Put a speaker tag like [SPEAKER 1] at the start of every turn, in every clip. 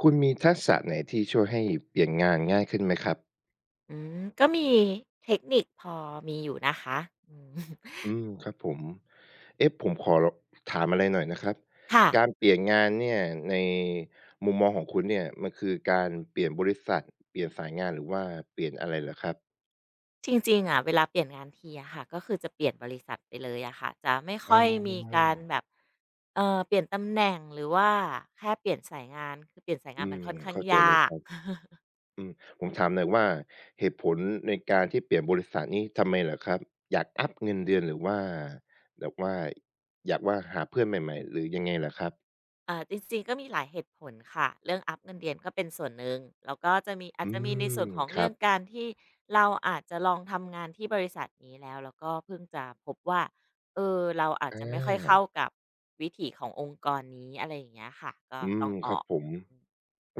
[SPEAKER 1] คุณมีทักษะไหนที่ช่วยให้เปลี่ยนงานง่ายขึ้นไหมครับ
[SPEAKER 2] ก็มีเทคนิคพอมีอยู่นะคะอืม
[SPEAKER 1] ครับผมเอ๊ะผมขอลถามอะไรหน่อยนะครับ
[SPEAKER 2] ค่ะ
[SPEAKER 1] การเปลี่ยนงานเนี่ยในมุมมองของคุณเนี่ยมันคือการเปลี่ยนบริษัทเปลี่ยนสายงานหรือว่าเปลี่ยนอะไรเหรอครับ
[SPEAKER 2] จริงๆอะเวลาเปลี่ยนงานทีอะค่ะก็คือจะเปลี่ยนบริษัทไปเลยอะค่ะจะไม่
[SPEAKER 1] อ๋
[SPEAKER 2] ค่อยมี
[SPEAKER 1] อ
[SPEAKER 2] การแบบเปลี่ยนตำแหน่งหรือว่าแค่เปลี่ยนสายงานคือเปลี่ยนสายงา
[SPEAKER 1] อื
[SPEAKER 2] นมัน
[SPEAKER 1] ม
[SPEAKER 2] ค่อนข้าง
[SPEAKER 1] เข้าใจ
[SPEAKER 2] ย
[SPEAKER 1] เลย
[SPEAKER 2] า
[SPEAKER 1] ค
[SPEAKER 2] ก
[SPEAKER 1] รับอืมผมถามหน่อยว่าเหตุผลในการที่เปลี่ยนบริษัทนี้ทำไมเหรอครับอยากอัปเงินเดือนหรือว่าแบบว่าอยากว่าหาเพื่อนใหม่ๆหรือยังไงเหรอครับ
[SPEAKER 2] จริงๆก็มีหลายเหตุผลค่ะเรื่องอัปเงินเดือนก็เป็นส่วนหนึ่งแล้วก็จะมีอาจ
[SPEAKER 1] อื
[SPEAKER 2] จะมีใน
[SPEAKER 1] ม
[SPEAKER 2] ส่วนของ
[SPEAKER 1] ครั
[SPEAKER 2] เรื่อ
[SPEAKER 1] บ
[SPEAKER 2] งการที่เราอาจจะลองทำงานที่บริษัทนี้แล้วก็เพิ่งจะพบว่าเออเราอาจ
[SPEAKER 1] อ
[SPEAKER 2] จะไม่ค่อยเข้า
[SPEAKER 1] า
[SPEAKER 2] กับวิถีขององค์กรนี้อะไรอย่างเงี้ยค่ะก็ต้องอ
[SPEAKER 1] ครั
[SPEAKER 2] อ
[SPEAKER 1] บ
[SPEAKER 2] ก
[SPEAKER 1] ผม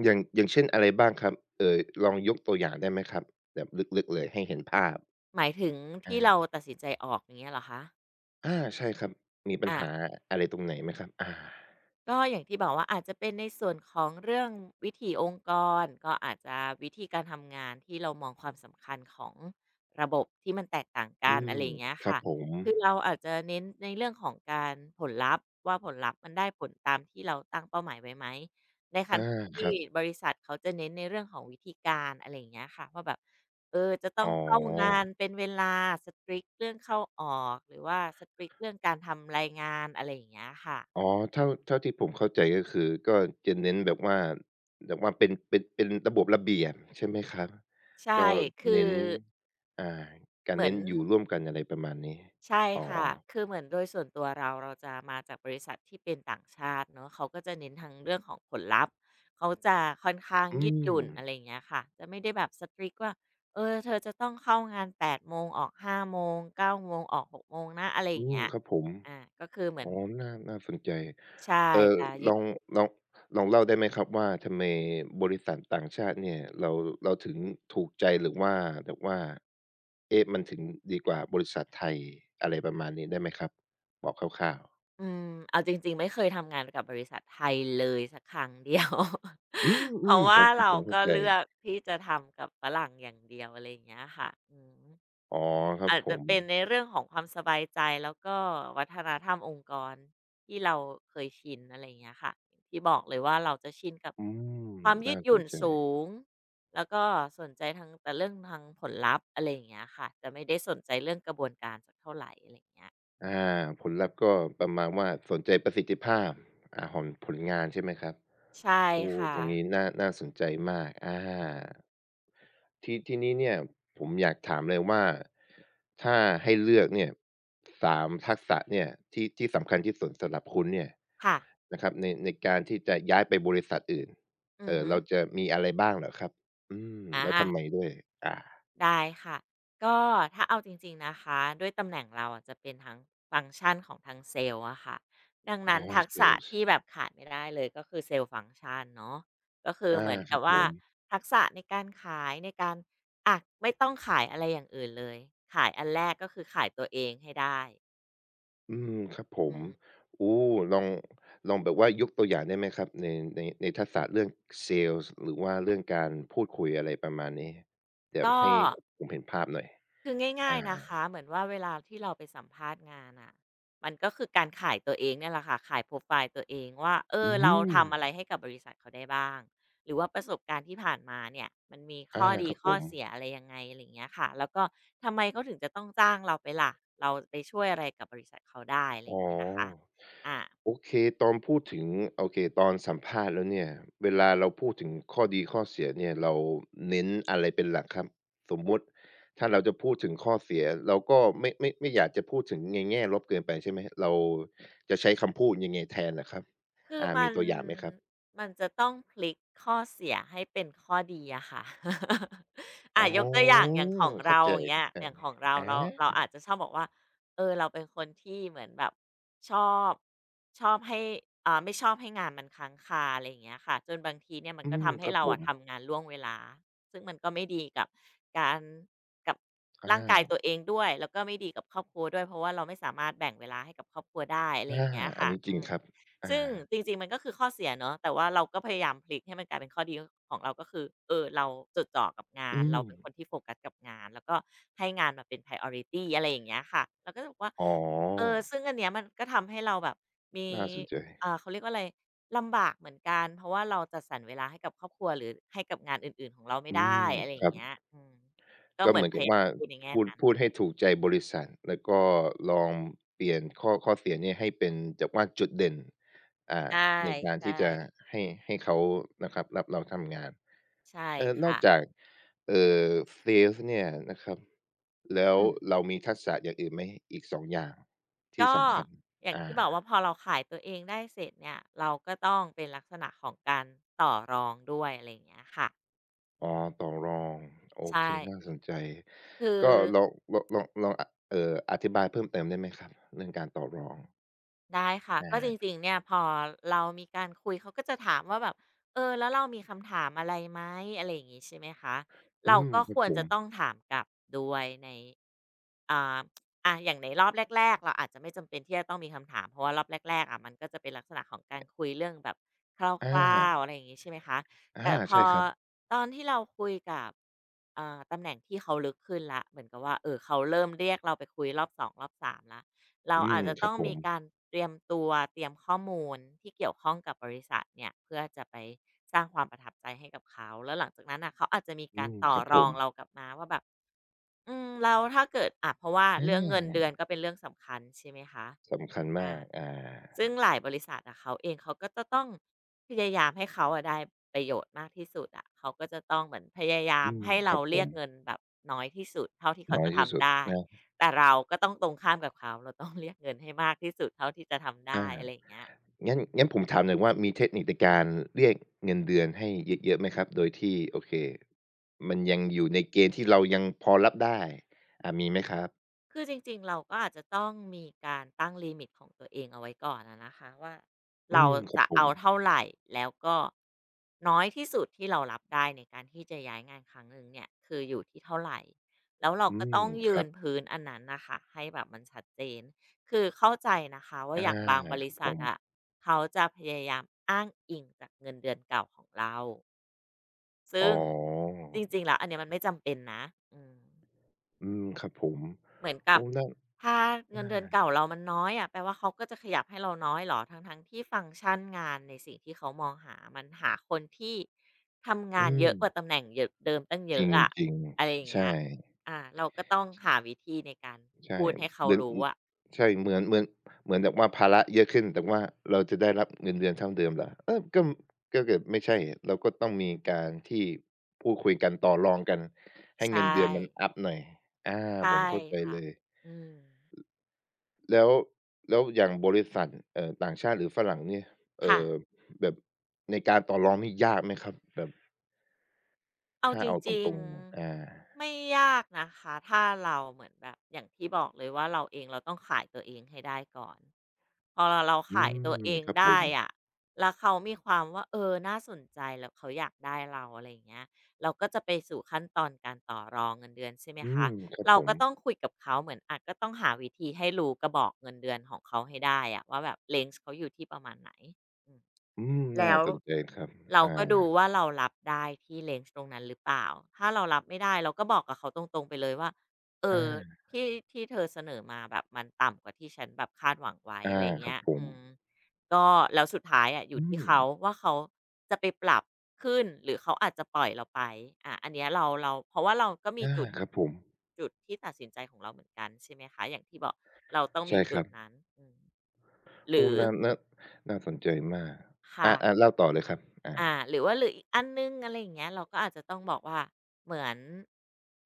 [SPEAKER 1] อย่างอย่างเช่นอะไรบ้างครับลองยกตัวอย่างได้ไหมครับแบบลึกๆเลยให้เห็นภาพ
[SPEAKER 2] หมายถึง
[SPEAKER 1] อา
[SPEAKER 2] ที่เราตัดสินใจออกอย่างเงี้ยเหรอคะ
[SPEAKER 1] อาใช่ครับ มีปัญหา
[SPEAKER 2] อา
[SPEAKER 1] อะไรตรงไหนไหมครับอา
[SPEAKER 2] ก็อย่างที่บอกว่าอาจจะเป็นในส่วนของเรื่องวิถีองค์กรก็อาจจะวิธีการทำงานที่เรามองความสำคัญของระบบที่มันแตกต่าง
[SPEAKER 1] อื
[SPEAKER 2] กันอะ
[SPEAKER 1] ม
[SPEAKER 2] ไรอย่างเงี้ย
[SPEAKER 1] ครับ
[SPEAKER 2] ค่ะ
[SPEAKER 1] ผม
[SPEAKER 2] คือเราอาจจะเน้นในเรื่องของการผลลัพธ์ว่าผลลัพธ์มันได้ผลตามที่เราตั้งเป้าหมายไว้ไหมในข
[SPEAKER 1] อา
[SPEAKER 2] ณะ
[SPEAKER 1] ค
[SPEAKER 2] ที่
[SPEAKER 1] รับ
[SPEAKER 2] บริษัทเขาจะเน้นในเรื่องของวิธีการอะไรอย่างเงี้ยค่ะว่าแบบเออจะต้
[SPEAKER 1] อ๋
[SPEAKER 2] อ
[SPEAKER 1] อ
[SPEAKER 2] งเข้างานเป็นเวลาสตร i c เรื่องเข้าออกหรือว่า s ตร i c เรื่องการทำรายงานอะไรอย่างเงี้ยค่ะ
[SPEAKER 1] อ๋อเท่าเท่าที่ผมเข้าใจก็คือก็จะเน้นแบบว่าแบบว่าเป็นเป็นเป็นระบบระเบียบใช่ไหมครับ
[SPEAKER 2] ใช่
[SPEAKER 1] ก็
[SPEAKER 2] คือ
[SPEAKER 1] เน้นอ่ากา
[SPEAKER 2] เห
[SPEAKER 1] ร
[SPEAKER 2] มือ
[SPEAKER 1] เน้
[SPEAKER 2] น
[SPEAKER 1] นอยู่ร่วมกันอะไรประมาณนี้
[SPEAKER 2] ใช่
[SPEAKER 1] อ๋อ
[SPEAKER 2] ค่ะคือเหมือนโดยส่วนตัวเราจะมาจากบริษัทที่เป็นต่างชาติเนาะเขาก็จะเน้นทางเรื่องของผลลัพธ์เขาจะค่อนข้าง
[SPEAKER 1] อื
[SPEAKER 2] ยืดหยุ่นอะ
[SPEAKER 1] ม
[SPEAKER 2] ไรอย่างเงี้ยค่ะ จะไม่ได้แบบ strict ว่า เออเธอจะต้องเข้างาน8โมงออก5โมง9โมงออก6โมงนะอะไรอ
[SPEAKER 1] อื
[SPEAKER 2] ย่าง
[SPEAKER 1] ม
[SPEAKER 2] เงี้ย
[SPEAKER 1] ครับผม
[SPEAKER 2] อาก็คือเหมือ
[SPEAKER 1] อ๋
[SPEAKER 2] น
[SPEAKER 1] อน่าน่าสนใจ
[SPEAKER 2] ใช่
[SPEAKER 1] เอ่อ
[SPEAKER 2] จะยื
[SPEAKER 1] ลอง
[SPEAKER 2] ด
[SPEAKER 1] ลองลองเล่าได้ไหมครับว่าทำไมบริษัทต่างชาติเนี่ยเราเราถึงถูกใจหรือว่าแบบว่าเอ๊ะมันถึงดีกว่าบริษัทไทยอะไรประมาณนี้ได้ไหมครับบอกคร่าวๆ
[SPEAKER 2] อืมเอาจริงๆไม่เคยทำงานกับบริษัทไทยเลยสักครั้งเดียว
[SPEAKER 1] อื
[SPEAKER 2] เพราะ
[SPEAKER 1] มๆผ
[SPEAKER 2] ว่า
[SPEAKER 1] ม
[SPEAKER 2] เรา
[SPEAKER 1] ผมเข้า
[SPEAKER 2] ก็
[SPEAKER 1] ใจ
[SPEAKER 2] เลือกที่จะทำกับฝรั่งอย่างเดียวอะไรอย่างเงี้ยค่ะอืม
[SPEAKER 1] อ๋อครับ
[SPEAKER 2] อาจ
[SPEAKER 1] ผ
[SPEAKER 2] จะ
[SPEAKER 1] ม
[SPEAKER 2] เป็นในเรื่องของความสบายใจแล้วก็วัฒนธรรมองค์กรที่เราเคยชินอะไรอย่างเงี้ยค่ะที่บอกเลยว่าเราจะชินกับ
[SPEAKER 1] อืม
[SPEAKER 2] ความยื
[SPEAKER 1] น่า
[SPEAKER 2] ดห
[SPEAKER 1] ส
[SPEAKER 2] ยุ่
[SPEAKER 1] น
[SPEAKER 2] น
[SPEAKER 1] ใจ
[SPEAKER 2] สูงแล้วก็สนใจทางแต่เรื่องทางผลลัพธ์อะไรอย่างเงี้ยค่ะจะไม่ได้สนใจเรื่องกระบวนการสักเท่าไหรอะไรอย่างเงี้ยอื
[SPEAKER 1] อ
[SPEAKER 2] ม
[SPEAKER 1] าผลลัพธ์ก็ประมาณว่าสนใจประสิทธิภาพอ่าของผลงานใช่ไหมครับ
[SPEAKER 2] ใช่
[SPEAKER 1] โอ้
[SPEAKER 2] ค่ะ
[SPEAKER 1] ตรงนี้น่าน่าสนใจมากอา
[SPEAKER 2] อืม
[SPEAKER 1] ทีทีนี้เนี่ยผมอยากถามเลยว่าถ้าให้เลือกเนี่ย3ทักษะเนี่ยที่ที่สำคัญที่สุดสำหรับคุณเนี่ย
[SPEAKER 2] ค่ะ
[SPEAKER 1] นะครับในในการที่จะย้ายไปบริษัทอื่น
[SPEAKER 2] อือฮึ
[SPEAKER 1] เราจะมีอะไรบ้างเหรอครับ
[SPEAKER 2] อา
[SPEAKER 1] แล้วทำไมด้วยอา
[SPEAKER 2] ได้ค่ะ ก็ถ้าเอาจริงๆ นะคะ ด้วยตำแหน่งเราอะจะเป็นทั้งฟังก์ชันของทางเซลล์อะค่ะดัง
[SPEAKER 1] อ๋อ
[SPEAKER 2] นั้นทัก
[SPEAKER 1] เซ
[SPEAKER 2] ษะ
[SPEAKER 1] ลส์
[SPEAKER 2] ที่แบบขาดไม่ได้เลยก็คือเซลล์ฟังก์ชันเนาะก็คือ
[SPEAKER 1] อา
[SPEAKER 2] เหมือน
[SPEAKER 1] ค
[SPEAKER 2] กั
[SPEAKER 1] รั
[SPEAKER 2] บ
[SPEAKER 1] บผ
[SPEAKER 2] ว่า
[SPEAKER 1] ม
[SPEAKER 2] ทักษะในการขายในการอะไม่ต้องขายอะไรอย่างอื่นเลยขายอันแรกก็คือขายตัวเองให้ได้
[SPEAKER 1] ครับผ
[SPEAKER 2] อื
[SPEAKER 1] ม
[SPEAKER 2] ม
[SPEAKER 1] โอ้ลองลองแบบว่ายกตัวอย่างได้ไหมครับในในในทักษะเรื่องเซลส์หรือว่าเรื่องการพูดคุยอะไรประมาณนี้แบบ
[SPEAKER 2] ก็
[SPEAKER 1] ให้ผมเห็นภาพหน่อย
[SPEAKER 2] คือ
[SPEAKER 1] อา
[SPEAKER 2] ง่ายๆนะคะเหมือนว่าเวลาที่เราไปสัมภาษณ์งานน่ะมันก็คือการขายตัวเองเนี่ยแหละค่ะขายโปรไฟล์ตัวเองว่าเออ
[SPEAKER 1] อื
[SPEAKER 2] เรา
[SPEAKER 1] ม
[SPEAKER 2] ทำอะไรให้กับบริษัทเขาได้บ้างหรือว่าประสบการณ์ที่ผ่านมาเนี่ยมันมีข้
[SPEAKER 1] อา
[SPEAKER 2] อดี
[SPEAKER 1] ครับผ
[SPEAKER 2] ข้อ
[SPEAKER 1] ม
[SPEAKER 2] เสียอะไรยังไงอะไรอย่างเงี้ยค่ะแล้วก็ทำไมเขาถึงจะต้องจ้างเราไปล่ะเราไปช่วยอะไรกับบริษัทเขาได้อะไรอ
[SPEAKER 1] อ๋อ
[SPEAKER 2] ย่างเงี้ยนะคะอา
[SPEAKER 1] โอเคตอนพูดถึงโอเคตอนสัมภาษณ์แล้วเนี่ยเวลาเราพูดถึงข้อดีข้อเสียเนี่ยเราเน้นอะไรเป็นหลักครับสมมุติถ้าเราจะพูดถึงข้อเสียเราก็ไม่ไม่ไม่อยากจะพูดถึงในแง่ลบเกินไปใช่ไหมเราจะใช้คำพูดยังไงแทนน่ะครับ
[SPEAKER 2] คือ
[SPEAKER 1] อ่ามีตัวอย่างไหมครับ
[SPEAKER 2] มันจะต้องพลิกข้อเสียให้เป็นข้อดีอะค่ะ
[SPEAKER 1] อ๋
[SPEAKER 2] อะยกตัวอย่า
[SPEAKER 1] อ
[SPEAKER 2] งอย่างของ
[SPEAKER 1] เข้า
[SPEAKER 2] เรา
[SPEAKER 1] ใจ
[SPEAKER 2] อย่างเงี้ยอย่างของเรา
[SPEAKER 1] ๆอ
[SPEAKER 2] เรา
[SPEAKER 1] า
[SPEAKER 2] อาจจะชอบบอกว่าเออเราเป็นคนที่เหมือนแบบชอบชอบให้อ่าไม่ชอบให้งานมันค้างคาอะไรอย่างเงี้ยค่ะจนบางทีเนี่ยมันก็ทำ
[SPEAKER 1] ค
[SPEAKER 2] ให้
[SPEAKER 1] รับ
[SPEAKER 2] เรา
[SPEAKER 1] ผ
[SPEAKER 2] อะ
[SPEAKER 1] ม
[SPEAKER 2] ทำงานล่วงเวลาซึ่งมันก็ไม่ดีกับการกับร่างกาย
[SPEAKER 1] อา
[SPEAKER 2] ตัวเองด้วยแล้วก็ไม่ดีกับครอบครัวด้วยเพราะว่าเราไม่สามารถแบ่งเวลาให้กับครอบครัวได้อะไรอ
[SPEAKER 1] อา
[SPEAKER 2] ย่างเงี้ย
[SPEAKER 1] อัน
[SPEAKER 2] ค่ะ
[SPEAKER 1] นี้จริ
[SPEAKER 2] อื
[SPEAKER 1] ง
[SPEAKER 2] ม
[SPEAKER 1] ครับอา
[SPEAKER 2] ซึ่งจริงๆมันก็คือข้อเสียเนาะแต่ว่าเราก็พยายามพลิกให้มันกลายเป็นข้อดีก็ของเราก็คือเออเราจดจ่อกับงาน
[SPEAKER 1] อืม
[SPEAKER 2] เราเป็นคนที่โฟกัสกับงานแล้วก็ให้งานมาเป็น priority อะไรอย่างเงี้ยค่ะเราก็จะบอกว่า
[SPEAKER 1] อ๋
[SPEAKER 2] เอ
[SPEAKER 1] อ
[SPEAKER 2] อซึ่งอันเนี้ยมันก็ทำให้เราแบบมี
[SPEAKER 1] น่าสนใจ
[SPEAKER 2] อ่าเขาเรียกว่าอะไรลำบากเหมือนกันเพราะว่าเราจัดสรรเวลาให้กับครอบครัวหรือให้กับงานอื่นๆของเราไม่
[SPEAKER 1] อื
[SPEAKER 2] ได้
[SPEAKER 1] ม
[SPEAKER 2] อะไรอ
[SPEAKER 1] ค
[SPEAKER 2] ย่า
[SPEAKER 1] รั
[SPEAKER 2] ง
[SPEAKER 1] บ
[SPEAKER 2] เงี้ยอืมก็
[SPEAKER 1] ก็
[SPEAKER 2] เหมื
[SPEAKER 1] เห
[SPEAKER 2] อน
[SPEAKER 1] มือน
[SPEAKER 2] พ
[SPEAKER 1] กับ
[SPEAKER 2] ยายา
[SPEAKER 1] ว่า
[SPEAKER 2] มพูดในแง่
[SPEAKER 1] พูด
[SPEAKER 2] นั้น
[SPEAKER 1] พูดให้ถูกใจบริษัทแล้วก็ลองเปลี่ยนข้อข้อเสียเนี่ยให้เป็นจับว่าจุดเด่นอ่า
[SPEAKER 2] ใช
[SPEAKER 1] ใน
[SPEAKER 2] ่
[SPEAKER 1] การที่จะ
[SPEAKER 2] ๆ
[SPEAKER 1] ให้ให้เขานะครับรับเราทำงาน
[SPEAKER 2] ใช่
[SPEAKER 1] เออนอก
[SPEAKER 2] ค่ะ
[SPEAKER 1] จากเอ่อเซลส์เนี่ยนะครับแล้ว
[SPEAKER 2] อืม
[SPEAKER 1] เรามีทักษะอย่างอื่นไหมอีกสองอย่างที่
[SPEAKER 2] ก็
[SPEAKER 1] สำคัญ
[SPEAKER 2] อย่าง
[SPEAKER 1] อ่า
[SPEAKER 2] ที่บอกว่าพอเราขายตัวเองได้เสร็จเนี่ยเราก็ต้องเป็นลักษณะของการต่อรองด้วยอะไรอย่างเงี้ยค่ะอื
[SPEAKER 1] อ๋อ
[SPEAKER 2] ม
[SPEAKER 1] ต่อรองโอเค
[SPEAKER 2] ใช่
[SPEAKER 1] น่าสนใจ
[SPEAKER 2] คือ
[SPEAKER 1] ก็ลองลองลองลองอธิบายเพิ่มเติมได้ไหมครับเรื่องการต่อรอง
[SPEAKER 2] ได้ค่ะ
[SPEAKER 1] อ
[SPEAKER 2] ก็จริ
[SPEAKER 1] า
[SPEAKER 2] งๆเนี่ยพอเรามีการคุยเขาก็จะถามว่าแบบเออแล้วเรามีคำถามอะไรไหมอะไรอย่างงี้ใช่ไหมคะเราก็
[SPEAKER 1] ค
[SPEAKER 2] ค
[SPEAKER 1] รับ
[SPEAKER 2] วร
[SPEAKER 1] ผ
[SPEAKER 2] จะ
[SPEAKER 1] ม
[SPEAKER 2] ต้องถามกลับด้วยในอ่าอะอย่างในรอบแรกๆเราอาจจะไม่จำเป็นที่จะต้องมีคำถามเพราะว่ารอบแรกๆอะมันก็จะเป็นลักษณะของการคุยเรื่องแบบค
[SPEAKER 1] อ
[SPEAKER 2] ร่าวๆ
[SPEAKER 1] า
[SPEAKER 2] อะไรอย่างงี้ใช่ไหมคะ
[SPEAKER 1] อา
[SPEAKER 2] แต่พอ
[SPEAKER 1] ใช่ครับ
[SPEAKER 2] ตอนที่เราคุยกับตำแหน่งที่เขาลึกขึ้นแล้วเหมือนกับว่าเออเขาเริ่มเรียกเราไปคุยรอบสองรอบ3แล้ว เราอาจจะ
[SPEAKER 1] ครั
[SPEAKER 2] ต้
[SPEAKER 1] บ
[SPEAKER 2] อง
[SPEAKER 1] ผ
[SPEAKER 2] มี
[SPEAKER 1] ม
[SPEAKER 2] การเตรียมตัวเตรียมข้อมูลที่เกี่ยวข้องกับบริษัทเนี่ยเพื่อจะไปสร้างความประทับใจให้กับเขาแล้วหลังจากนั้นอ่ะเขาอาจจะมีการต่อ
[SPEAKER 1] ครับ
[SPEAKER 2] ร
[SPEAKER 1] ผ
[SPEAKER 2] อ
[SPEAKER 1] ม
[SPEAKER 2] งเรากลับมาว่าแบบอืมเราถ้าเกิดอะเพราะว่า
[SPEAKER 1] อา
[SPEAKER 2] เรื่องเงินเดือนก็เป็นเรื่องสำคัญใช่ไหมคะ
[SPEAKER 1] สำคัญ
[SPEAKER 2] อา
[SPEAKER 1] มากอา
[SPEAKER 2] ซึ่งหลายบริษัทอะเขาเองเขาก็จะต้องพยายามให้เขาอะได้ประโยชน์มากที่สุดอะเขาก็จะต้องเหมือนพยายามให้
[SPEAKER 1] ค
[SPEAKER 2] เรา
[SPEAKER 1] รับผ
[SPEAKER 2] เรีย
[SPEAKER 1] ม
[SPEAKER 2] กเงินแบบน้อยที่สุดเท่าที่เขา
[SPEAKER 1] น้อย
[SPEAKER 2] จะ
[SPEAKER 1] ที่สุ
[SPEAKER 2] ทำ
[SPEAKER 1] ด
[SPEAKER 2] ได้
[SPEAKER 1] นะ
[SPEAKER 2] แต่เราก็ต้องตรงข้ามกับเขาเราต้องเรียกเงินให้มากที่สุดเท่าที่จะทำได้อะไร
[SPEAKER 1] อา
[SPEAKER 2] อย่างเงี้ย
[SPEAKER 1] งั้นงั้นผมถามหน่อยว่ามีเทคนิคในการเรียกเงินเดือนให้เยอะๆไหมครับโดยที่โอเคมันยังอยู่ในเกณฑ์ที่เรายังพอรับได้อ่ามีไหมครับ
[SPEAKER 2] คือจริงๆ เราก็อาจจะต้องมีการตั้งลิมิตของตัวเองเอาไว้ก่อนอะนะคะว่าเรา
[SPEAKER 1] ครับ
[SPEAKER 2] จะ
[SPEAKER 1] ผม
[SPEAKER 2] เอาเท่าไหร่แล้วก็น้อยที่สุดที่เรารับได้ในการที่จะย้ายงานครั้งหนึ่งเนี่ยคืออยู่ที่เท่าไหร่แล้วเรา
[SPEAKER 1] อื
[SPEAKER 2] ก็
[SPEAKER 1] ม
[SPEAKER 2] ต้อง
[SPEAKER 1] ค
[SPEAKER 2] ยื
[SPEAKER 1] รั
[SPEAKER 2] น
[SPEAKER 1] บ
[SPEAKER 2] พื้นอันนั้นนะคะให้แบบมันชัดเจนคือเข้าใจนะคะว่า
[SPEAKER 1] อา
[SPEAKER 2] อย่างบางบ
[SPEAKER 1] ค
[SPEAKER 2] ริ
[SPEAKER 1] รับผ
[SPEAKER 2] ษัท
[SPEAKER 1] ม
[SPEAKER 2] อะเขาจะพยายามอ้างอิงจากเงินเดือนเก่าของเรา
[SPEAKER 1] อ๋อ
[SPEAKER 2] ซึ่งจริงๆแล้วอันเนี้ยมันไม่จำเป็นนะอืม
[SPEAKER 1] ครับผม
[SPEAKER 2] เหมือนกั
[SPEAKER 1] โอ้
[SPEAKER 2] บ
[SPEAKER 1] นั่น
[SPEAKER 2] ถ้า
[SPEAKER 1] อา
[SPEAKER 2] เงินเดือนเก่าเรามันน้อยอะแปลว่าเขาก็จะขยับให้เราน้อยเหรอทั้งๆที่ฟังก์ชันงานในสิ่งที่เขามองหามันหาคนที่ทำงา
[SPEAKER 1] อื
[SPEAKER 2] นเย
[SPEAKER 1] ม
[SPEAKER 2] อะกว่าตำแหน่งเยอะเดิมตั้งเย
[SPEAKER 1] จ
[SPEAKER 2] อะอะ
[SPEAKER 1] ริง
[SPEAKER 2] อะไรอ
[SPEAKER 1] ๆ
[SPEAKER 2] ย่างเงี้
[SPEAKER 1] ใช่
[SPEAKER 2] ยอาเราก็ต้องหาวิธีในการ
[SPEAKER 1] ใช่
[SPEAKER 2] พูดให้เขา
[SPEAKER 1] เดือน
[SPEAKER 2] รู้
[SPEAKER 1] อือ
[SPEAKER 2] อะ
[SPEAKER 1] ใช่เหมือนเหมือนเหมือนแบบว่าภาระเยอะขึ้นแต่ว่าเราจะได้รับเงินเดือนเท่าเดิมเหรอเออก็ก็เกิดไม่ใช่เราก็ต้องมีการที่พูดคุยกันต่อรองกันให้
[SPEAKER 2] ใช่
[SPEAKER 1] เงินเดือนมันอัปหน่อยอา
[SPEAKER 2] ใช่
[SPEAKER 1] ผมเข้าใจ
[SPEAKER 2] ค่ะ
[SPEAKER 1] เลย
[SPEAKER 2] อืม
[SPEAKER 1] แล้วแล้วอย่างบริษัทต่างชาติหรือฝรั่งเนี่ยเอ่
[SPEAKER 2] ค่ะ
[SPEAKER 1] อแบบในการต่อรองนี่ยากไหมครับแบบ
[SPEAKER 2] เอา
[SPEAKER 1] ถ้า
[SPEAKER 2] จ
[SPEAKER 1] เอาต
[SPEAKER 2] ริง
[SPEAKER 1] รงๆอา
[SPEAKER 2] ๆไม่ยากนะคะถ้าเราเหมือนแบบอย่างที่บอกเลยว่าเราเองเราต้องขายตัวเองให้ได้ก่อนพอเรา
[SPEAKER 1] อื
[SPEAKER 2] ขายตัวเอง
[SPEAKER 1] ครับผ
[SPEAKER 2] ได้
[SPEAKER 1] ม
[SPEAKER 2] อะแล้วเขามีความว่าเออน่าสนใจแล้วเขาอยากได้เราอะไรอย่างเงี้ยเราก็จะไปสู่ขั้นตอนการต่อรองเงินเดือนใช่ไหม
[SPEAKER 1] อื
[SPEAKER 2] คะ
[SPEAKER 1] มครับ
[SPEAKER 2] เรา
[SPEAKER 1] ผม
[SPEAKER 2] ก็ต้องคุยกับเขาเหมือนอาจก็ต้องหาวิธีให้รู้กระบอกเงินเดือนของเขาให้ได้อะว่าแบบเล n g e เขาอยู่ที่ประมาณไหน
[SPEAKER 1] อืมน่า
[SPEAKER 2] แล้ว
[SPEAKER 1] สนใจครับ
[SPEAKER 2] เราก็ดู
[SPEAKER 1] อา
[SPEAKER 2] ว่าเรารับได้ที่เล n g e ตรงนั้นหรือเปล่าถ้าเรารับไม่ได้เราก็บอกกับเขาตรงๆไปเลยว่าเออ
[SPEAKER 1] อา
[SPEAKER 2] ที่ที่เธอเสนอมาแบบมันต่ำกว่าที่ฉันแบบคาดหวังไว้
[SPEAKER 1] อา
[SPEAKER 2] อะไร
[SPEAKER 1] ครั
[SPEAKER 2] เงี้
[SPEAKER 1] บ
[SPEAKER 2] ย
[SPEAKER 1] ผม
[SPEAKER 2] อืมก็แล้วสุดท้ายอะอยู่
[SPEAKER 1] อื
[SPEAKER 2] ที่
[SPEAKER 1] ม
[SPEAKER 2] เขาว่าเขาจะไปปรับขึ้นหรือเขาอาจจะปล่อยเราไปอะอันเนี้ยเราเพราะว่าเราก็มี
[SPEAKER 1] อา
[SPEAKER 2] จุด
[SPEAKER 1] ครับผม
[SPEAKER 2] ที่ตัดสินใจของเราเหมือนกันใช่ไหมคะอย่างที่บอกเราต้องมี
[SPEAKER 1] ใช่ค
[SPEAKER 2] จุ
[SPEAKER 1] รั
[SPEAKER 2] ด
[SPEAKER 1] บ
[SPEAKER 2] นั้นอืมหรื
[SPEAKER 1] โอ้
[SPEAKER 2] อ
[SPEAKER 1] น่าน่าน่าสนใจมาก
[SPEAKER 2] ค่ะ
[SPEAKER 1] อาอาเล่าต่อเลยครับอา
[SPEAKER 2] หรือว่าหรืออีกอันหนึ่งอะไรอย่างเงี้ยเราก็อาจจะต้องบอกว่าเหมือน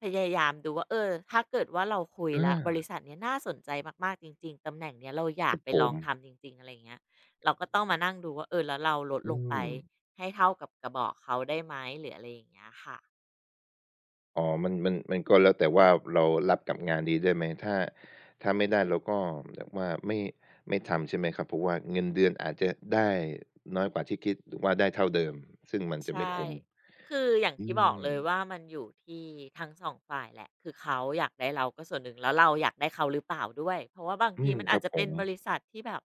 [SPEAKER 2] พยายามดูว่าเออถ้าเกิดว่าเราคุยแล้วบ
[SPEAKER 1] อา
[SPEAKER 2] ริษัทเนี้ยน่าสนใจมากๆจริงๆตำแหน่งเนี้ยเราอ
[SPEAKER 1] ค
[SPEAKER 2] ยาก
[SPEAKER 1] รับ
[SPEAKER 2] ไป
[SPEAKER 1] ผ
[SPEAKER 2] ลอ
[SPEAKER 1] ม
[SPEAKER 2] งทำจริงๆอะไรอย่างเงี้ยเราก็ต้องมานั่งดูว่าเออแล้วเราลด
[SPEAKER 1] อื
[SPEAKER 2] ลงไป
[SPEAKER 1] ม
[SPEAKER 2] ให้เท่ากับกระบอกเขาได้ไหมหรืออะไรอย่างเงี้ยค่ะ
[SPEAKER 1] อ๋อมันมันมันก็แล้วแต่ว่าเรารับกับงานนี้ได้ไหมถ้าถ้าไม่ได้เราก็แบบว่าไม่ไม่ทำใช่ไหมครับเพราะว่าเงินเดือนอาจจะได้น้อยกว่าที่คิดหรือว่าได้เท่าเดิมซึ่งมัน
[SPEAKER 2] ใช
[SPEAKER 1] จะไม่
[SPEAKER 2] ่
[SPEAKER 1] คุ้ม
[SPEAKER 2] คืออย่าง
[SPEAKER 1] อื
[SPEAKER 2] ที่บ
[SPEAKER 1] ม
[SPEAKER 2] อกเลยว่ามันอยู่ที่ทั้ง2ฝ่ายแหละคือเขาอยากได้เราก็ส่วนหนึ่งแล้วเราอยากได้เขาหรือเปล่าด้วยเพราะว่าบาง
[SPEAKER 1] อื
[SPEAKER 2] ที
[SPEAKER 1] ม
[SPEAKER 2] มัน
[SPEAKER 1] ค
[SPEAKER 2] อา
[SPEAKER 1] รั
[SPEAKER 2] จ
[SPEAKER 1] บ
[SPEAKER 2] จะ
[SPEAKER 1] ผ
[SPEAKER 2] เป็น
[SPEAKER 1] ม
[SPEAKER 2] บริษัทที่แบบ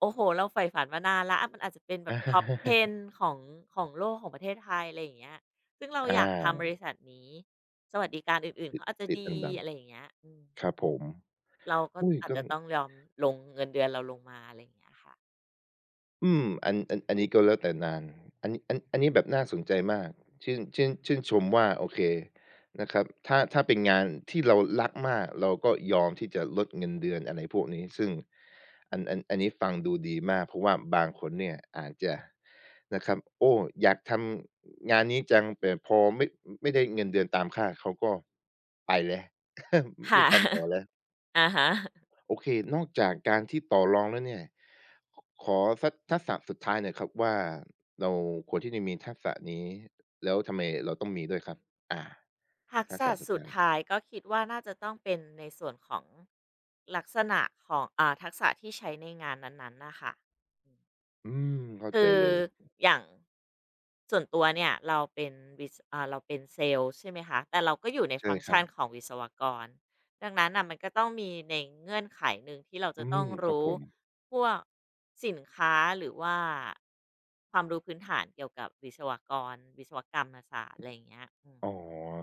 [SPEAKER 2] โอ้โฮเราใฝ่ฝันมานานแล้วอะมันอาจจะเป็นแบบ Top 10 ของของโลกของประเทศไทยอะไรอย่างเงี้ยซึ่งเรา
[SPEAKER 1] อ
[SPEAKER 2] อยากทำบ
[SPEAKER 1] า
[SPEAKER 2] ริษัทนี้สวัสดิการอื่นๆเขาอาจจะ
[SPEAKER 1] ติด
[SPEAKER 2] ดี
[SPEAKER 1] อันดับ
[SPEAKER 2] อะไรอย่างเงี้ยอืม
[SPEAKER 1] ครับผม
[SPEAKER 2] เราก็
[SPEAKER 1] อุ๊ย
[SPEAKER 2] อาจ
[SPEAKER 1] ก็
[SPEAKER 2] จะต้องยอมลงเงินเดือนเราลงมาอะไรอย่างเงี้ยค่ะ
[SPEAKER 1] อืมอันนี้ก็แล้วแต่นานอันนี้อันนี้แบบน่าสนใจมากชื่นชมว่าโอเคนะครับถ้าเป็นงานที่เรารักมากเราก็ยอมที่จะลดเงินเดือนอะไรพวกนี้ซึ่งอันนี้ฟังดูดีมากเพราะว่าบางคนเนี่ยอาจจะนะครับโอ้อยากทำงานนี้จังแต่พอไม่ได้เงินเดือนตามคาดเขาก็ไปแล้ว ไม่
[SPEAKER 2] ค่ะ
[SPEAKER 1] ทำต่อแล้ว
[SPEAKER 2] อะฮะ
[SPEAKER 1] โอเคนอกจากการที่ต่อรองแล้วเนี่ยขขอสักทักษะสุดท้ายหน่อยครับว่าเราควรที่จะมีทักษะนี้แล้วทำไมเราต้องมีด้วยครับอา
[SPEAKER 2] ทัก
[SPEAKER 1] ทัก
[SPEAKER 2] ษะ
[SPEAKER 1] ษะสุด
[SPEAKER 2] สุด
[SPEAKER 1] ท้าย
[SPEAKER 2] ท้ายก็คิดว่าน่าจะต้องเป็นในส่วนของลักษณะของทักษะที่ใช้ในงานนั้นๆนะค่ะอืม
[SPEAKER 1] อืเข้า
[SPEAKER 2] คื
[SPEAKER 1] ใจ
[SPEAKER 2] อ
[SPEAKER 1] เลย
[SPEAKER 2] อย่างส่วนตัวเนี่ยเราเป็นวิศอ่าเราเป็นเซลส์ใช่ไหมคะแต่เราก็อยู่ใน
[SPEAKER 1] ใช่
[SPEAKER 2] ฟังก์
[SPEAKER 1] ครั
[SPEAKER 2] ชั
[SPEAKER 1] บ
[SPEAKER 2] นของวิศวกรดังนั้นน่ะมันก็ต้องมีในเงื่อนไขหนึ่งที่เรา
[SPEAKER 1] อื
[SPEAKER 2] จะต้อง
[SPEAKER 1] มครับ
[SPEAKER 2] รู้
[SPEAKER 1] ผม
[SPEAKER 2] พวกสินค้าหรือว่าความรู้พื้นฐานเกี่ยวกับวิศวกรรมศาสตร์อะไรอย่างเงี้ยอืม
[SPEAKER 1] อ๋อ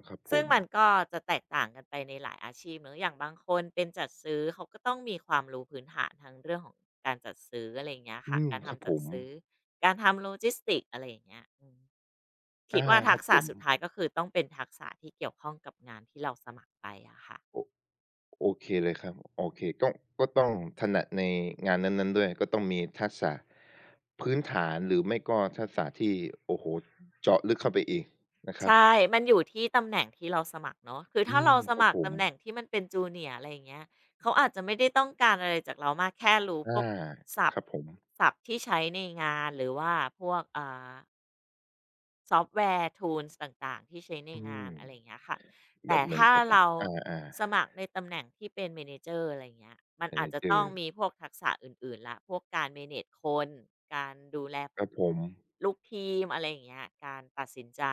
[SPEAKER 1] ครับผ
[SPEAKER 2] ซึ่ง
[SPEAKER 1] ม
[SPEAKER 2] มันก็จะแตกต่างกันไปในหลายอาชีพเนอะอย่างบางคนเป็นจัดซื้อเขาก็ต้องมีความรู้พื้นฐานทางเรื่องของการจัดซื้ออะไรอย่างเงี้ย
[SPEAKER 1] อื
[SPEAKER 2] ค่ะ
[SPEAKER 1] ม
[SPEAKER 2] การ
[SPEAKER 1] ครับ
[SPEAKER 2] ทำ
[SPEAKER 1] ผ
[SPEAKER 2] จัด
[SPEAKER 1] ม
[SPEAKER 2] ซื้อการทำโลจิสติกอะไรอย่างเงี้ยอืมคิด
[SPEAKER 1] อา
[SPEAKER 2] ว่า
[SPEAKER 1] ค
[SPEAKER 2] ทั
[SPEAKER 1] รั
[SPEAKER 2] ก
[SPEAKER 1] บผ
[SPEAKER 2] ษะ
[SPEAKER 1] ม
[SPEAKER 2] สุดท้ายก็คือต้องเป็นทักษะที่เกี่ยวข้องกับงานที่เราสมัครไปอะค่ะ
[SPEAKER 1] โอ โอเคเลยครับโอเคก็ต้องถนัดในงานนั้นๆด้วยก็ต้องมีทักษะพื้นฐานหรือไม่ก็ทักษะที่โอ้โฮเจาะลึกเข้าไปอีกนะครับ
[SPEAKER 2] ใช่มันอยู่ที่ตำแหน่งที่เราสมัครเนาะคือ
[SPEAKER 1] อื
[SPEAKER 2] ถ้าเรา
[SPEAKER 1] ม
[SPEAKER 2] ส
[SPEAKER 1] ครับ
[SPEAKER 2] มัค
[SPEAKER 1] ผ
[SPEAKER 2] ร
[SPEAKER 1] ม
[SPEAKER 2] ตำแหน่งที่มันเป็น Junior อะไรอย่างเงี้ยเขาอาจจะไม่ได้ต้องการอะไรจากเรามากแค่รู้พ
[SPEAKER 1] อา
[SPEAKER 2] วกศัพ
[SPEAKER 1] ค
[SPEAKER 2] ท์
[SPEAKER 1] รับผม
[SPEAKER 2] ศัพท์ที่ใช้ในงานหรือว่าพวกา ซอฟต์แวร์ Tools ต่างๆที่ใช้ใน
[SPEAKER 1] อื
[SPEAKER 2] งา
[SPEAKER 1] ม
[SPEAKER 2] นอะไรอย่างเงี้ยค่ะ
[SPEAKER 1] แบ
[SPEAKER 2] แต่
[SPEAKER 1] บเหมือน
[SPEAKER 2] ถ้า
[SPEAKER 1] กับ
[SPEAKER 2] เรา
[SPEAKER 1] อา
[SPEAKER 2] สมัครในตำแหน่งที่เป็น Manager อะไรอย่างเงี้ยมัน
[SPEAKER 1] ๆ
[SPEAKER 2] อาจจะต้อง
[SPEAKER 1] manager
[SPEAKER 2] มีพวกทักษะอื่นๆแล้วพวกการ manage คนการดูแล
[SPEAKER 1] ครับผม
[SPEAKER 2] ลูกทีมอะไรอย่างเงี้ยการตัดสินใจ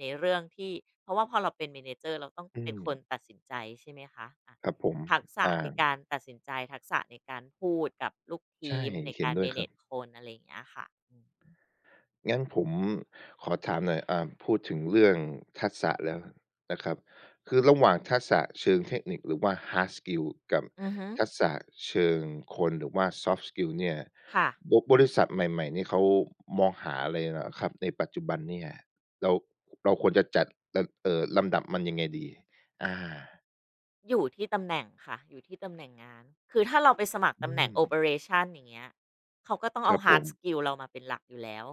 [SPEAKER 2] ในเรื่องที่ เพราะว่าพอเราเป็น Manager เราต้อง
[SPEAKER 1] อื
[SPEAKER 2] เป็น
[SPEAKER 1] ม
[SPEAKER 2] คนตัดสินใจใช่ไหมคะอา
[SPEAKER 1] ครับผม
[SPEAKER 2] ทักษะใน
[SPEAKER 1] อ่า
[SPEAKER 2] การตัดสินใจทักษะในการพูดกับลูกที
[SPEAKER 1] ใช่
[SPEAKER 2] มใน
[SPEAKER 1] เห็น
[SPEAKER 2] การ
[SPEAKER 1] ด้วยครับ
[SPEAKER 2] manage คนอะไรอย่างเงี้ยค่ะ
[SPEAKER 1] งั้นผมขอถามหน่อย พูดถึงเรื่องทักษะแล้วนะครับ คือระหว่างทักษะเชิงเทคนิคหรือว่า hard skill กับ
[SPEAKER 2] อือฮึ
[SPEAKER 1] ทักษะเชิงคนหรือว่า soft skill เนี่ย
[SPEAKER 2] ค่ะ
[SPEAKER 1] บริษัทใหม่ๆนี่เขามองหาอะไรเหรอครับในปัจจุบันเนี่ยเรา เราควรจะจัดลลำดับมันยังไงดีอา
[SPEAKER 2] อยู่ที่ตำแหน่งค่ะอยู่ที่ตำแหน่งงานคือถ้าเราไปสมัคร
[SPEAKER 1] อื
[SPEAKER 2] ตำแหน่ง
[SPEAKER 1] ม
[SPEAKER 2] โอเปอเรชันอย่างเงี้ยเขาก็ต้อง
[SPEAKER 1] ค
[SPEAKER 2] เอา
[SPEAKER 1] รับผ
[SPEAKER 2] hard
[SPEAKER 1] ม
[SPEAKER 2] skill เรามาเป็นหลักอยู่แล้ว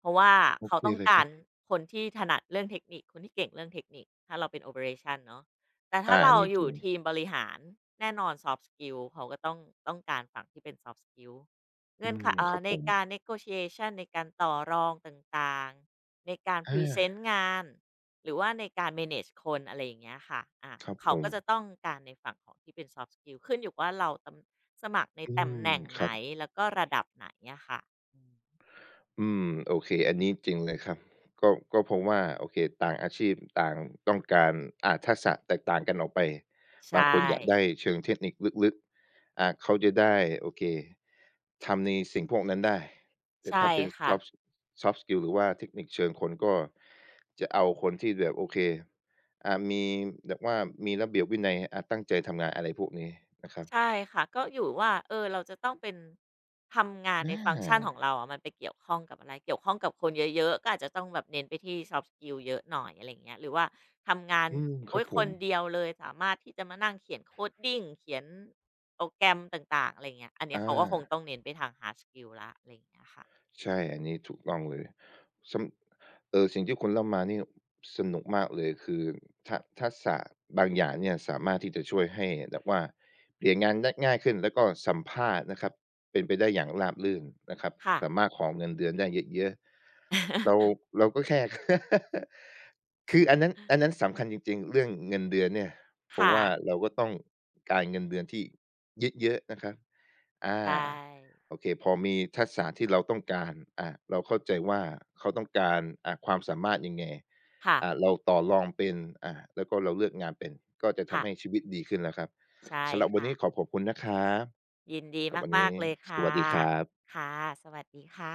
[SPEAKER 2] เพราะว่า
[SPEAKER 1] โอ
[SPEAKER 2] เขา
[SPEAKER 1] เค
[SPEAKER 2] ต้อง
[SPEAKER 1] เลยค
[SPEAKER 2] กา
[SPEAKER 1] รั
[SPEAKER 2] ร
[SPEAKER 1] บ
[SPEAKER 2] คนที่ถนัดเรื่องเทคนิคคนที่เก่งเรื่องเทคนิคถ้าเราเป็นโอเ e อเรชันเนาะแต่ถ้า
[SPEAKER 1] อาอั
[SPEAKER 2] เรา
[SPEAKER 1] นนี้
[SPEAKER 2] อ
[SPEAKER 1] จ
[SPEAKER 2] ยู่
[SPEAKER 1] ริง
[SPEAKER 2] ทีมบริหารแน่นอน soft skill เขาก็ต้องการฝั่งที่เป็น soft skill
[SPEAKER 1] อื
[SPEAKER 2] เงื่อนไข
[SPEAKER 1] ม ครับ
[SPEAKER 2] ใน
[SPEAKER 1] ผม
[SPEAKER 2] การ negotiation ในการต่อรองต่างๆในการพ
[SPEAKER 1] อา
[SPEAKER 2] รีเซนต์งาน หรือว่าในการ manage คนอะไรอย่างเงี้ยค่ะอา
[SPEAKER 1] ครับผ
[SPEAKER 2] เขา
[SPEAKER 1] ม
[SPEAKER 2] ก็จะต้องการในฝั่งของที่เป็น soft skill ขึ้นอยู่ว่าเราตำสมัครใน
[SPEAKER 1] อื
[SPEAKER 2] ตำ
[SPEAKER 1] ม
[SPEAKER 2] แหน่ง
[SPEAKER 1] ค
[SPEAKER 2] ไหน
[SPEAKER 1] รับ
[SPEAKER 2] แล้วก็ระดับไหนอะค่ะอืม
[SPEAKER 1] อืมโอเคอันนี้จริงเลยครับก็ก็เพราะว่าโอเคต่างอาชีพต่างต้องการทักษะแตกต่างกันออกไป
[SPEAKER 2] ใช่
[SPEAKER 1] บางคนอยากได้เชิงเทคนิคลึกๆเขาจะได้โอเคทำในสิ่งพวกนั้นได้แต่
[SPEAKER 2] ใช่
[SPEAKER 1] ถ้าเป็น
[SPEAKER 2] ค่ะ
[SPEAKER 1] soft skill หรือว่าเทคนิคเชิงคนก็จะเอาคนที่แบบโอเคมีแบบว่ามีระเบียบวินัยตั้งใจทำงานอะไรพวกนี้นะครับ
[SPEAKER 2] ใช่ค่ะก็อยู่ว่าเออเราจะต้องเป็นทำงาน
[SPEAKER 1] อ
[SPEAKER 2] ในฟังก์ชันของ
[SPEAKER 1] า
[SPEAKER 2] เราอะมันไปเกี่ยวข้องกับอะไรเกี่ยวข้องกับคนเยอะๆก็อาจจะต้องแบบเน้นไปที่ soft skill เยอะหน่อยอะไรเงี้ยหรือว่าทำงาน
[SPEAKER 1] อืมครั
[SPEAKER 2] โอ้
[SPEAKER 1] บ
[SPEAKER 2] ย
[SPEAKER 1] ผ
[SPEAKER 2] ค
[SPEAKER 1] ม
[SPEAKER 2] นเดียวเลยสามารถที่จะมานั่งเขียน ดิ้งเขียนโปรแกรมต่างๆอะไรเงี้ยอันเนี้ย
[SPEAKER 1] อา
[SPEAKER 2] เขาก็คงต้องเน้นไปทาง hard skill ละอะไรเงี้ยค่ะ
[SPEAKER 1] ใช่อันนี้ถูกต้องเลยสสิ่งที่คุณเล่ามานี่สนุกมากเลยคือทักษะบางอย่างเนี่ยสามารถที่จะช่วยให้แบบว่าเปลี่ยนงานได้ง่ายขึ้นแล้วก็สัมภาษณ์นะครับเป็นไปได้อย่างราบรื่นนะครับ
[SPEAKER 2] ค่ะ
[SPEAKER 1] สามารถขอเงินเดือนได้เยอะๆเราก็แค่ คืออันนั้นสำคัญจริงๆเรื่องเงินเดือนเนี่ยเพราะ
[SPEAKER 2] ค่ะ
[SPEAKER 1] ว่าเราก็ต้องการเงินเดือนที่เยอะๆนะครับอา
[SPEAKER 2] ใช่
[SPEAKER 1] โอเคพอมีทักษะที่เราต้องการอาเราเข้าใจว่าเขาต้องการความสามารถยังไง
[SPEAKER 2] ค่ะ
[SPEAKER 1] เราต่อรองเป็นแล้วก็เราเลือกงานเป็นก็จะ
[SPEAKER 2] ค่ะ
[SPEAKER 1] ทำให้ชีวิตดีขึ้นแล้วครับ
[SPEAKER 2] ใช่
[SPEAKER 1] สำหรับวัน
[SPEAKER 2] ค่ะ
[SPEAKER 1] นี้ขอขอบคุณนะครับ
[SPEAKER 2] ยินดี
[SPEAKER 1] สำหรับวัน
[SPEAKER 2] มา
[SPEAKER 1] นี้
[SPEAKER 2] กๆเลย
[SPEAKER 1] ส
[SPEAKER 2] ค่ะ
[SPEAKER 1] วัสดีครับ
[SPEAKER 2] ค่ะสวัสดีค่ะ